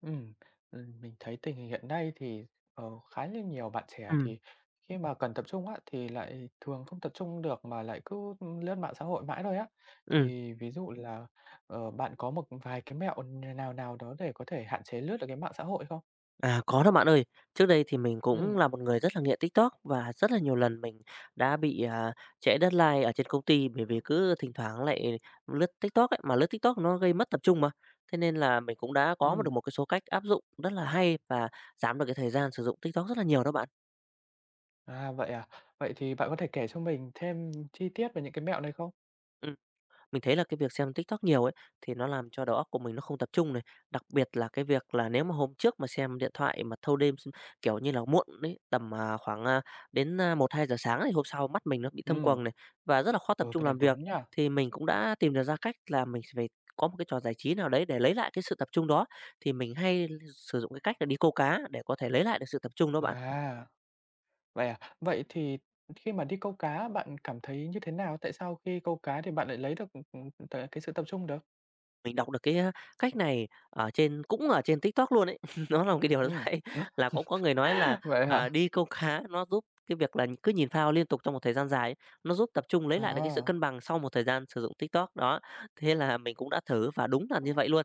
Ừm, mình thấy tình hình hiện nay thì, ờ, khá là nhiều bạn trẻ Ừ, thì khi mà cần tập trung á, thì lại thường không tập trung được mà lại cứ lướt mạng xã hội mãi thôi á. ừ, Thì ví dụ là, bạn có một vài cái mẹo nào nào đó để có thể hạn chế lướt được cái mạng xã hội không? à, có đó bạn ơi. Trước đây thì mình cũng Ừm, là một người rất là nghiện TikTok và rất là nhiều lần mình đã bị, trễ deadline ở trên công ty bởi vì cứ thỉnh thoảng lại lướt TikTok ấy, mà lướt TikTok nó gây mất tập trung mà. Thế nên là mình cũng đã có được ừm, một cái số cách áp dụng rất là hay và giảm được cái thời gian sử dụng TikTok rất là nhiều đó bạn. À? Vậy thì bạn có thể kể cho mình thêm chi tiết về những cái mẹo này không? Ừm. Mình thấy là cái việc xem TikTok nhiều ấy thì nó làm cho đầu óc của mình nó không tập trung này, đặc biệt là cái việc là nếu mà hôm trước mà xem điện thoại mà thâu đêm, kiểu như là muộn ấy, tầm, khoảng, đến một hai giờ sáng thì hôm sau mắt mình nó bị thâm Ừm, quầng này, và rất là khó tập ừ, trung cái này làm việc. đúng nhỉ? Thì mình cũng đã tìm được ra cách là mình phải có một cái trò giải trí nào đấy để lấy lại cái sự tập trung đó, thì mình hay sử dụng cái cách là đi câu cá để có thể lấy lại được sự tập trung đó bạn. À. Vậy à? Vậy thì khi mà đi câu cá bạn cảm thấy như thế nào? Tại sao khi câu cá thì bạn lại lấy được cái sự tập trung được? Mình đọc được cái, cách này ở trên cũng ở trên TikTok luôn ấy. Nó là một cái điều rất Ừm. hay, là cũng có người nói là, Vậy hả? Đi câu cá nó giúp cái việc là cứ nhìn phao liên tục trong một thời gian dài ấy, nó giúp tập trung lấy lại được cái sự À, cân bằng sau một thời gian sử dụng TikTok đó. Thế là mình cũng đã thử và đúng là như vậy luôn.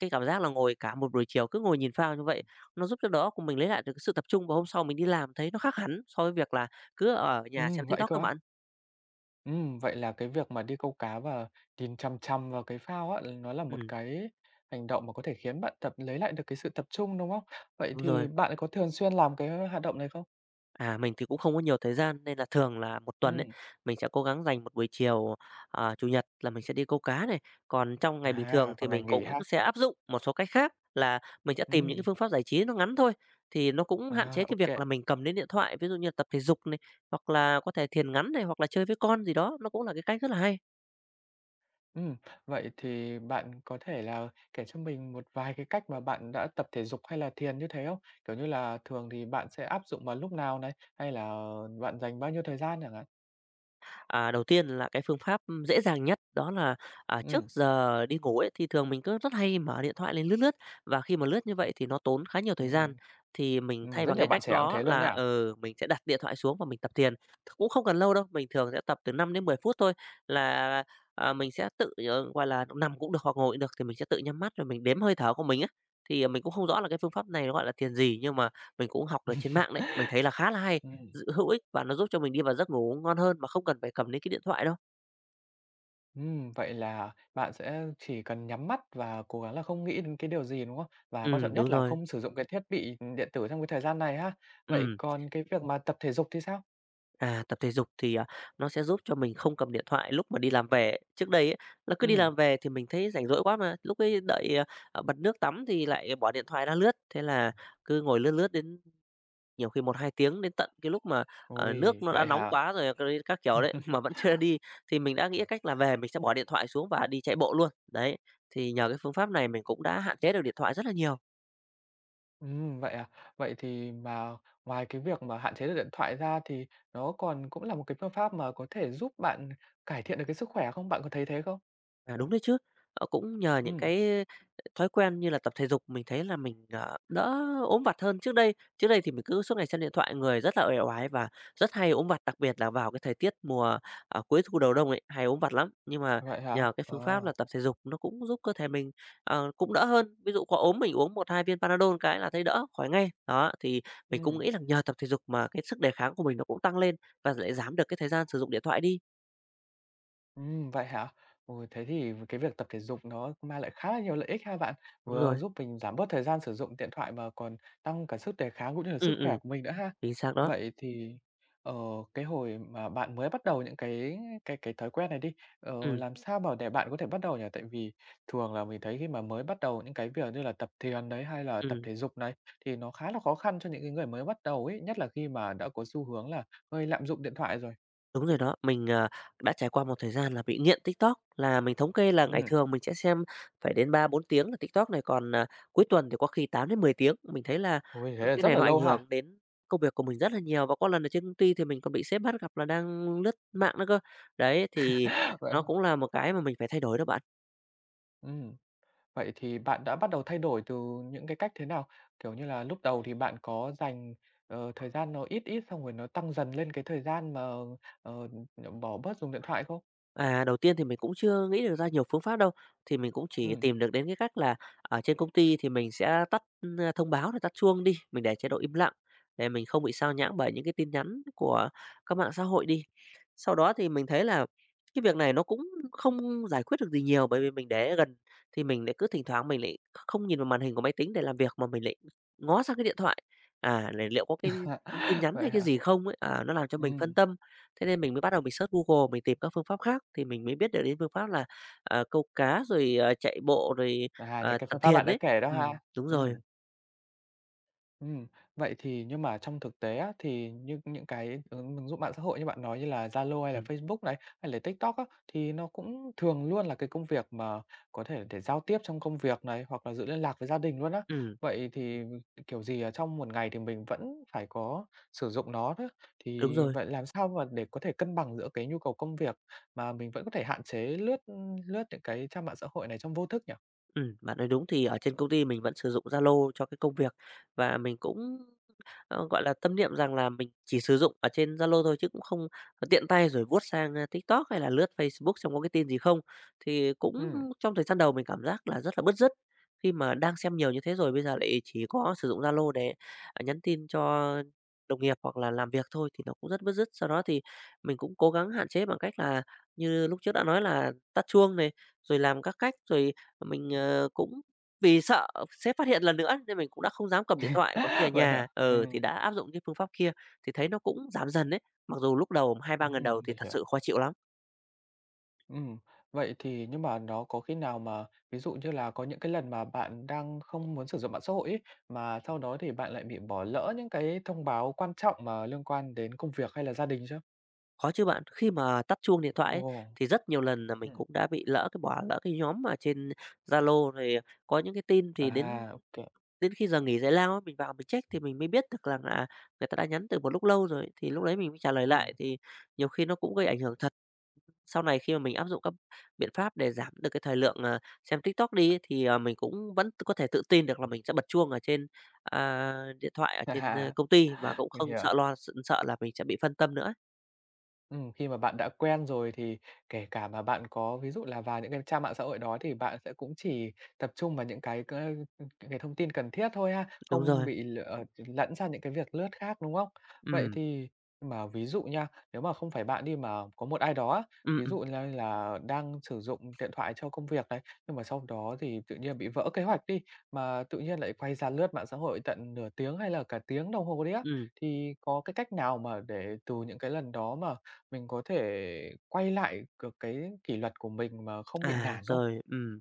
Cái cảm giác là ngồi cả một buổi chiều cứ ngồi nhìn phao như vậy, nó giúp cho đó óc của mình lấy lại được cái sự tập trung và hôm sau mình đi làm thấy nó khác hẳn so với việc là cứ ở nhà xem vậy TikTok cơ các á? bạn. Vậy là cái việc mà đi câu cá và nhìn chằm chằm vào cái phao á, nó là một Ừm, cái hành động mà có thể khiến bạn tập lấy lại được cái sự tập trung, đúng không? Vậy đúng rồi. thì bạn có thường xuyên làm cái hoạt động này không? À, mình thì cũng không có nhiều thời gian nên là thường là một tuần ấy, Ừm, mình sẽ cố gắng dành một buổi chiều, Chủ nhật là mình sẽ đi câu cá này. Còn trong ngày bình thường à, thì vào ngày mình nghỉ cũng ha? sẽ áp dụng một số cách khác là mình sẽ tìm những cái Ừm, phương pháp giải trí nó ngắn thôi, thì nó cũng hạn chế à, cái việc là mình cầm đến điện thoại, ví dụ như là tập thể dục này, hoặc là có thể thiền ngắn này, hoặc là chơi với con gì đó, nó cũng là cái cách rất là hay. Ừm, vậy thì bạn có thể là kể cho mình một vài cái cách mà bạn đã tập thể dục hay là thiền như thế không? Kiểu như là thường thì bạn sẽ áp dụng vào lúc nào này, hay là bạn dành bao nhiêu thời gian chẳng hạn? À, đầu tiên là cái phương pháp dễ dàng nhất đó là, trước Ừm, giờ đi ngủ ấy, thì thường mình cứ rất hay mở điện thoại lên lướt lướt, và khi mà lướt như vậy thì nó tốn khá nhiều thời gian. ừm, Thì mình thay rất bằng nhiều cái bạn cách trẻ cũng đó thế luôn là, nha. Mình sẽ đặt điện thoại xuống và mình tập thiền. Cũng không cần lâu đâu, mình thường sẽ tập từ 5 đến 10 phút thôi là, mình sẽ tự, nằm cũng được hoặc ngồi cũng được, thì mình sẽ tự nhắm mắt rồi mình đếm hơi thở của mình á. Thì, mình cũng không rõ là cái phương pháp này nó gọi là thiền gì, nhưng mà mình cũng học được trên mạng đấy, mình thấy là khá là hay Ừm, hữu ích và nó giúp cho mình đi vào giấc ngủ ngon hơn mà không cần phải cầm lấy cái điện thoại đâu. Vậy là bạn sẽ chỉ cần nhắm mắt và cố gắng là không nghĩ đến cái điều gì, đúng không? Và quan Ừ, trọng đúng nhất là rồi. không sử dụng cái thiết bị, điện tử trong cái thời gian này ha. Vậy Ừ. còn cái việc mà tập thể dục thì sao? À, tập thể dục thì, nó sẽ giúp cho mình không cầm điện thoại lúc mà đi làm về. Trước đây ấy, là cứ đi Ừm, làm về thì mình thấy rảnh rỗi quá mà, lúc ấy đợi, bật nước tắm thì lại bỏ điện thoại ra lướt, thế là cứ ngồi lướt lướt đến nhiều khi một hai tiếng, đến tận cái lúc mà, nước ôi, nó đã vậy nóng hả? quá rồi cái các kiểu đấy, mà vẫn chưa đi, thì mình đã nghĩ cách là về mình sẽ bỏ điện thoại xuống và đi chạy bộ luôn. Đấy, thì nhờ cái phương pháp này mình cũng đã hạn chế được điện thoại rất là nhiều. Vậy à? Vậy thì mà ngoài cái việc mà hạn chế được điện thoại ra thì nó còn cũng là một cái phương pháp mà có thể giúp bạn cải thiện được cái sức khỏe không? Bạn có thấy thế không? À, đúng đấy chứ. Ờ, cũng nhờ những Ừm, cái thói quen như là tập thể dục mình thấy là mình đỡ ốm vặt hơn trước đây. Trước đây thì mình cứ suốt ngày xem điện thoại, người rất là uể oải và rất hay ốm vặt, đặc biệt là vào cái thời tiết mùa, cuối thu đầu đông ấy, hay ốm vặt lắm. Nhưng mà vậy hả? nhờ cái Ờ, phương pháp là tập thể dục nó cũng giúp cơ thể mình, cũng đỡ hơn. Ví dụ có ốm mình uống một 2 viên Panadol cái là thấy đỡ, khỏi ngay. Đó, thì mình cũng ừm. nghĩ là nhờ tập thể dục mà cái sức đề kháng của mình nó cũng tăng lên và lại giảm được cái thời gian sử dụng điện thoại đi. Vậy hả? Ồ, thế thì cái việc tập thể dục nó mang lại khá là nhiều lợi ích ha bạn, Đúng vừa rồi. giúp mình giảm bớt thời gian sử dụng điện thoại mà còn tăng cả sức đề kháng cũng như là sức Ừm, khỏe ừm, của mình nữa ha. chính xác đó. Vậy thì, ờ, cái hồi mà bạn mới bắt đầu những cái thói quen này đi, Ừm, làm sao mà để bạn có thể bắt đầu nhỉ? Tại vì thường là mình thấy khi mà mới bắt đầu những cái việc như là tập thiền đấy, hay là tập ừm. thể dục này, thì nó khá là khó khăn cho những cái người mới bắt đầu ấy, nhất là khi mà đã có xu hướng là hơi lạm dụng điện thoại rồi. Đúng rồi đó, mình đã trải qua một thời gian là bị nghiện TikTok, là mình thống kê là ngày Ừm, thường mình sẽ xem phải đến ba bốn tiếng là TikTok này, còn, cuối tuần thì có khi 8 đến 10 tiếng. Mình thấy là ôi, thế là cái rất này là nó ảnh lâu ha. hưởng đến công việc của mình rất là nhiều, và có lần ở trên công ty thì mình còn bị sếp bắt gặp là đang lướt mạng nữa cơ. Đấy, thì nó cũng là một cái mà mình phải thay đổi đó bạn. Ừm, vậy thì bạn đã bắt đầu thay đổi từ những cái cách thế nào? Kiểu như là, lúc đầu thì bạn có dành, thời gian nó ít ít xong rồi nó tăng dần lên cái thời gian mà, ờ, bỏ bớt dùng điện thoại không? À, đầu tiên thì mình cũng chưa nghĩ được ra nhiều phương pháp đâu, thì mình cũng chỉ Ừm. tìm được đến cái cách là ở trên công ty thì mình sẽ tắt, thông báo rồi tắt chuông đi, mình để chế độ im lặng để mình không bị sao nhãng bởi những cái tin nhắn của các mạng xã hội đi. Sau đó thì mình thấy là cái việc này nó cũng không giải quyết được gì nhiều, bởi vì mình để gần thì mình lại cứ thỉnh thoảng mình lại không nhìn vào màn hình của máy tính để làm việc mà mình lại ngó sang cái điện thoại, để liệu có cái tin nhắn Vậy hay cái hả? gì không ấy, nó làm cho mình phân Ừm, tâm. Thế nên mình mới bắt đầu mình search Google, mình tìm các phương pháp khác thì mình mới biết được đến phương pháp là, câu cá rồi, chạy bộ rồi, à, những cái tập phương pháp thiền bạn đã đấy. kể đó Ừm, ha? đúng rồi, Ừm. Ừm, vậy thì nhưng mà trong thực tế á, thì như những cái ứng ứng dụng mạng xã hội như bạn nói như là Zalo hay là ừm, Facebook này, hay là TikTok á, thì nó cũng thường luôn là cái công việc mà có thể để giao tiếp trong công việc này, hoặc là giữ liên lạc với gia đình luôn á. ừm, Vậy thì, kiểu gì ở trong một ngày thì mình vẫn phải có sử dụng nó đó, đúng thì rồi, vậy làm sao mà để có thể cân bằng giữa cái nhu cầu công việc mà mình vẫn có thể hạn chế lướt những cái trang mạng xã hội này trong vô thức nhỉ? Bạn nói đúng. Thì ở trên công ty mình vẫn sử dụng Zalo cho cái công việc và mình cũng tâm niệm rằng là mình chỉ sử dụng ở trên Zalo thôi chứ cũng không tiện tay rồi vuốt sang, TikTok hay là lướt Facebook xem có cái tin gì không. Thì cũng Ừm. trong thời gian đầu mình cảm giác là rất là bứt rứt, khi mà đang xem nhiều như thế rồi bây giờ lại chỉ có sử dụng Zalo để, nhắn tin cho đồng nghiệp hoặc là làm việc thôi thì nó cũng rất bứt rứt. Sau đó thì mình cũng cố gắng hạn chế bằng cách là như lúc trước đã nói là tắt chuông này, rồi làm các cách, rồi mình cũng vì sợ sếp phát hiện lần nữa nên mình cũng đã không dám cầm điện thoại, có khi ở Vậy hả? nhà ừ, thì đã áp dụng cái phương pháp kia thì thấy nó cũng giảm dần đấy. Mặc dù lúc đầu hai ba lần đầu thì Mình thật hiểu. sự khó chịu lắm, Ừm, vậy thì nhưng mà nó có khi nào mà ví dụ như là có những cái lần mà bạn đang không muốn sử dụng mạng xã hội ấy, mà sau đó thì bạn lại bị bỏ lỡ những cái thông báo quan trọng mà liên quan đến công việc hay là gia đình chứ? khó chứ bạn. Khi mà tắt chuông điện thoại Ồ, ấy, thì rất nhiều lần là mình Ừm. cũng đã bị lỡ bỏ lỡ cái nhóm mà trên Zalo rồi có những cái tin thì đến À, OK, đến khi giờ nghỉ giải lao ấy, mình vào mình check thì mình mới biết được rằng là người ta đã nhắn từ một lúc lâu rồi, thì lúc đấy mình mới trả lời lại thì nhiều khi nó cũng gây ảnh hưởng thật. Sau này khi mà mình áp dụng các biện pháp để giảm được cái thời lượng, xem TikTok đi ấy, thì, mình cũng vẫn có thể tự tin được là mình sẽ bật chuông ở trên, à, điện thoại ở trên, à, công ty mà cũng mình không hiểu. sợ lo sợ là mình sẽ bị phân tâm nữa. Khi mà bạn đã quen rồi thì kể cả mà bạn có ví dụ là vào những cái trang mạng xã hội đó thì bạn sẽ cũng chỉ tập trung vào những cái thông tin cần thiết thôi ha, Đúng không rồi. bị lẫn sang những cái việc lướt khác, đúng không? Vậy Ừ, thì mà ví dụ nha, nếu mà không phải bạn đi mà có một ai đó á, ừ, ví ừ, dụ như là đang sử dụng điện thoại cho công việc này, nhưng mà sau đó thì tự nhiên bị vỡ kế hoạch đi, mà tự nhiên lại quay ra lướt mạng xã hội tận nửa tiếng hay là cả tiếng đồng hồ đấy á, ừm. thì có cái cách nào mà để từ những cái lần đó mà mình có thể quay lại được cái kỷ luật của mình mà không bị À, nản không? rồi, ừ.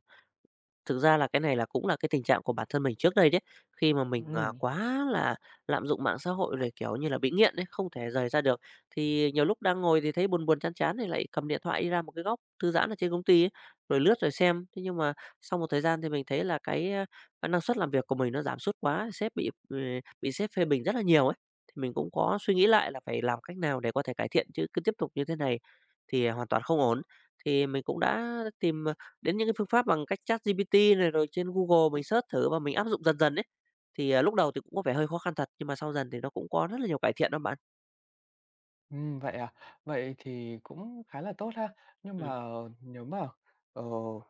Thực ra cái này cũng là cái tình trạng của bản thân mình trước đây đấy, khi mà mình, Ừm, quá là lạm dụng mạng xã hội rồi, kiểu như là, bị nghiện đấy, không thể rời ra được. Thì nhiều lúc đang ngồi thì thấy buồn buồn, chán chán thì lại cầm điện thoại đi ra một cái góc thư giãn ở trên công ty ấy, rồi lướt rồi xem. Thế nhưng mà sau một thời gian thì mình thấy là năng suất làm việc của mình nó giảm sút quá, bị sếp phê bình rất là nhiều ấy. Thì mình cũng có suy nghĩ lại là phải làm cách nào để có thể cải thiện, chứ cứ tiếp tục như thế này thì hoàn toàn không ổn. Thì mình cũng đã tìm đến những cái phương pháp bằng cách chat ChatGPT này, rồi trên Google mình search thử và mình áp dụng dần dần ấy, lúc đầu thì cũng có vẻ hơi khó khăn thật, nhưng mà sau dần thì nó cũng có rất là nhiều cải thiện đó bạn. Vậy à? Vậy thì cũng khá là tốt ha. Nhưng Ừm, mà nếu mà, ờ,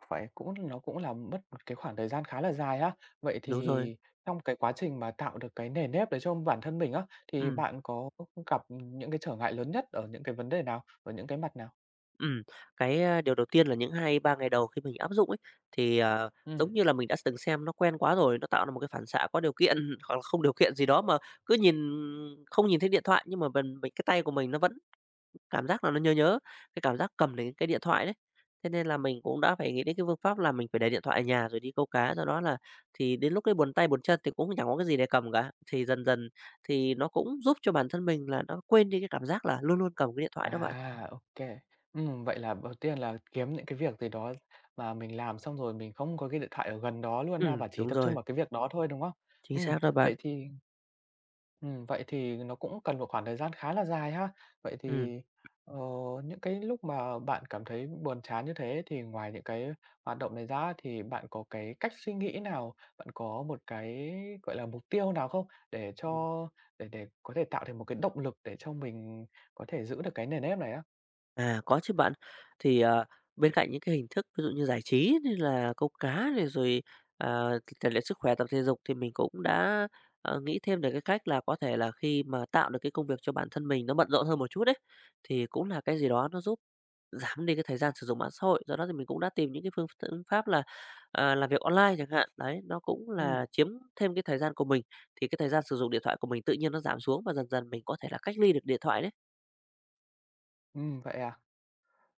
phải cũng nó cũng là mất một cái khoảng thời gian khá là dài ha. Vậy đúng rồi. thì trong cái quá trình mà tạo được cái nề nếp đấy cho bản thân mình á, thì Ừm, bạn có gặp những cái trở ngại lớn nhất ở những cái vấn đề nào? Ở những cái mặt nào? ừm. Điều đầu tiên là những hai ba ngày đầu khi mình áp dụng ấy, thì, ờ, giống Ừm. như là mình đã từng xem nó quen quá rồi, nó tạo ra một cái phản xạ có điều kiện hoặc là không điều kiện gì đó, mà cứ nhìn không nhìn thấy điện thoại, nhưng mà mình cái tay của mình nó vẫn cảm giác là nó nhớ nhớ, cái cảm giác cầm lấy cái điện thoại đấy. Thế nên là mình cũng đã phải nghĩ đến cái phương pháp là mình phải để điện thoại ở nhà rồi đi câu cá, do đó là thì đến lúc đấy buồn tay buồn chân thì cũng chẳng có cái gì để cầm cả. Thì dần dần thì nó cũng giúp cho bản thân mình là nó quên đi cái cảm giác là luôn luôn cầm cái điện thoại đó bạn. À, vậy là đầu tiên là kiếm những cái việc gì đó mà mình làm xong rồi mình không có cái điện thoại ở gần đó luôn ha, và chỉ Đúng tập trung rồi, vào cái việc đó thôi, đúng không? chính Ừm, xác đó bạn. vậy thì vậy thì nó cũng cần một khoảng thời gian khá là dài ha. Vậy Ừm. thì, ờ, những cái lúc mà bạn cảm thấy buồn chán như thế thì ngoài những cái hoạt động này ra thì bạn có cái cách suy nghĩ nào, bạn có một cái, gọi là, mục tiêu nào không? Để cho để có thể tạo thành một cái động lực để cho mình có thể giữ được cái nền nếp này á? À, có chứ bạn. Thì, ờ, bên cạnh những cái hình thức ví dụ như giải trí như là câu cá này, à, rèn luyện sức khỏe, tập thể dục, thì mình cũng đã, nghĩ thêm về cái cách là có thể là khi mà tạo được cái công việc cho bản thân mình nó bận rộn hơn một chút đấy, thì cũng là cái gì đó nó giúp giảm đi cái thời gian sử dụng mạng xã hội. Do đó thì mình cũng đã tìm những cái phương phương pháp là, làm việc online chẳng hạn, đấy, nó cũng Ừm, là chiếm thêm cái thời gian của mình, thì cái thời gian sử dụng điện thoại của mình tự nhiên nó giảm xuống và dần dần mình có thể là cách ly được điện thoại đấy. Vậy à?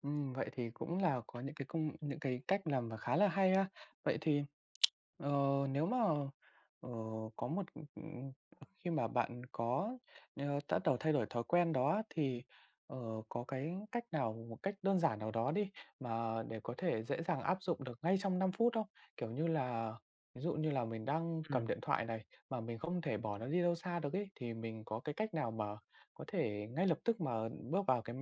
Vậy thì cũng là có những cái cách làm mà khá là hay ha. Vậy thì Ờ, nếu mà, ờ, có một ừ, ừ, khi mà bạn có, đã đầu thay đổi thói quen đó thì, ờ, có cái cách nào, một cách đơn giản nào đó đi, mà để có thể dễ dàng áp dụng được ngay trong 5 phút không? Kiểu như là, ví dụ như là mình đang cầm Ừm, điện thoại này, mà mình không thể bỏ nó đi đâu xa được ấy, thì mình có cái cách nào mà có thể ngay lập tức mà bước vào cái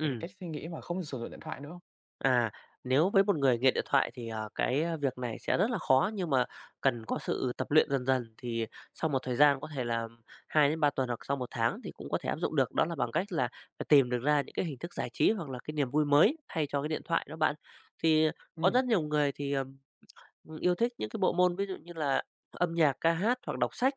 cách suy nghĩ mà không sử dụng điện thoại nữa không? À, nếu với một người nghiện điện thoại thì, việc này sẽ rất là khó, nhưng mà cần có sự tập luyện dần dần, thì sau một thời gian có thể là hai đến ba tuần hoặc sau một tháng thì cũng có thể áp dụng được. Đó là bằng cách là phải tìm được ra những cái hình thức giải trí hoặc là cái niềm vui mới thay cho cái điện thoại đó bạn. Thì có Ừm, rất nhiều người thì, yêu thích những cái bộ môn ví dụ như là âm nhạc, ca hát hoặc đọc sách,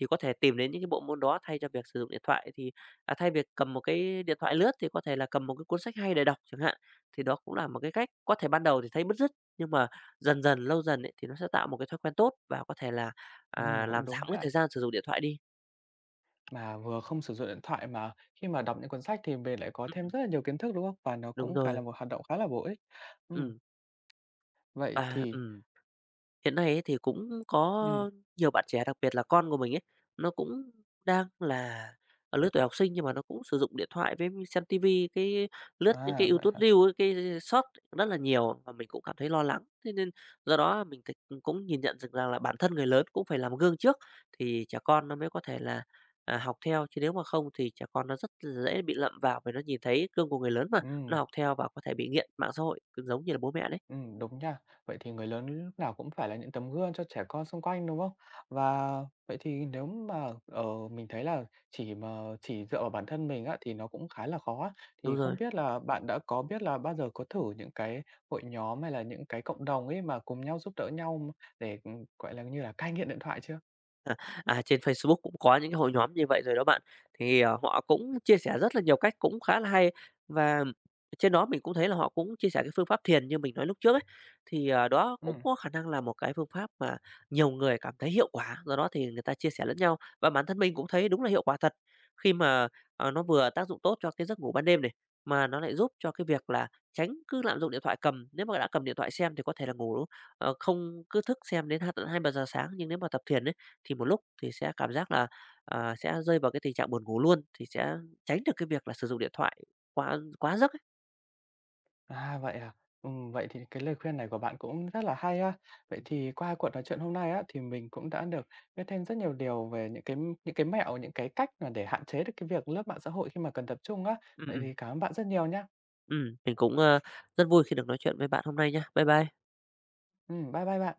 thì có thể tìm đến những cái bộ môn đó thay cho việc sử dụng điện thoại, thì thay việc cầm một cái điện thoại lướt thì có thể là cầm một cái cuốn sách hay để đọc chẳng hạn. Thì đó cũng là một cái cách, có thể ban đầu thì thấy bứt rứt, nhưng mà dần dần, lâu dần ấy, thì nó sẽ tạo một cái thói quen tốt và có thể là, làm cũng đúng giảm cái ha. thời gian sử dụng điện thoại đi. Mà vừa không sử dụng điện thoại mà khi mà đọc những cuốn sách thì mình lại có thêm Ừm, rất là nhiều kiến thức, đúng không? Và nó đúng cũng khá rồi, là một hoạt động khá là bổ ích. Ừm, ừm, vậy và thì ừm. Hiện nay ấy thì cũng ừm, có nhiều bạn trẻ, đặc biệt là con của mình ấy, nó cũng đang là ở lứa tuổi học sinh, nhưng mà nó cũng sử dụng điện thoại với xem tivi, cái lướt những cái à, vậy YouTube hả? Reels ấy, cái short, rất là nhiều và mình cũng cảm thấy lo lắng. Thế nên do đó mình c cũng cũng nhìn nhận được rằng là bản thân người lớn cũng phải làm gương trước, thì trẻ con nó mới có thể là, học theo, chứ nếu mà không thì trẻ con nó rất dễ bị lậm vào, vì nó nhìn thấy gương của người lớn mà, nó Ừm. học theo và có thể bị nghiện mạng xã hội, giống như là bố mẹ đấy. Đúng nha. Vậy thì người lớn lúc nào cũng phải là những tấm gương cho trẻ con xung quanh, đúng không? Và vậy thì nếu mà, mình thấy là chỉ mà chỉ dựa vào bản thân mình á, thì nó cũng khá là khó á. Đúng Thì rồi. không biết là bạn đã có biết là bao giờ có thử những cái hội nhóm hay là những cái cộng đồng ấy mà cùng nhau giúp đỡ nhau để, gọi là, như là cai nghiện điện thoại chưa? À, à, trên Facebook cũng có những cái hội nhóm như vậy rồi đó bạn. Họ cũng chia sẻ rất là nhiều cách cũng khá là hay, và trên đó mình cũng thấy là họ cũng chia sẻ cái phương pháp thiền như mình nói lúc trước ấy. Đó cũng Ừm. có khả năng là một cái phương pháp mà nhiều người cảm thấy hiệu quả, do đó thì người ta chia sẻ lẫn nhau. Và bản thân mình cũng thấy đúng là hiệu quả thật, khi mà, nó vừa tác dụng tốt cho cái giấc ngủ ban đêm này, mà nó lại giúp cho cái việc là tránh cứ lạm dụng điện thoại cầm. Nếu mà đã cầm điện thoại xem thì có thể là không cứ thức xem đến hai tận 2:00-3:00 sáng, nhưng nếu mà tập thiền ấy thì một lúc thì sẽ cảm giác là, sẽ rơi vào cái tình trạng buồn ngủ luôn, thì sẽ tránh được cái việc là sử dụng điện thoại quá quá giấc ấy. À? Vậy thì cái lời khuyên này của bạn cũng rất là hay ha. Vậy thì qua cuộc nói chuyện hôm nay á, thì mình cũng đã được biết thêm rất nhiều điều về những cái mẹo, những cái cách mà để hạn chế được cái việc lướt mạng xã hội khi mà cần tập trung á. Ừm, Vậy ừm, thì cảm ơn bạn rất nhiều nhá. Mình cũng, rất vui khi được nói chuyện với bạn hôm nay nhé. Bye bye. Bye bye bạn.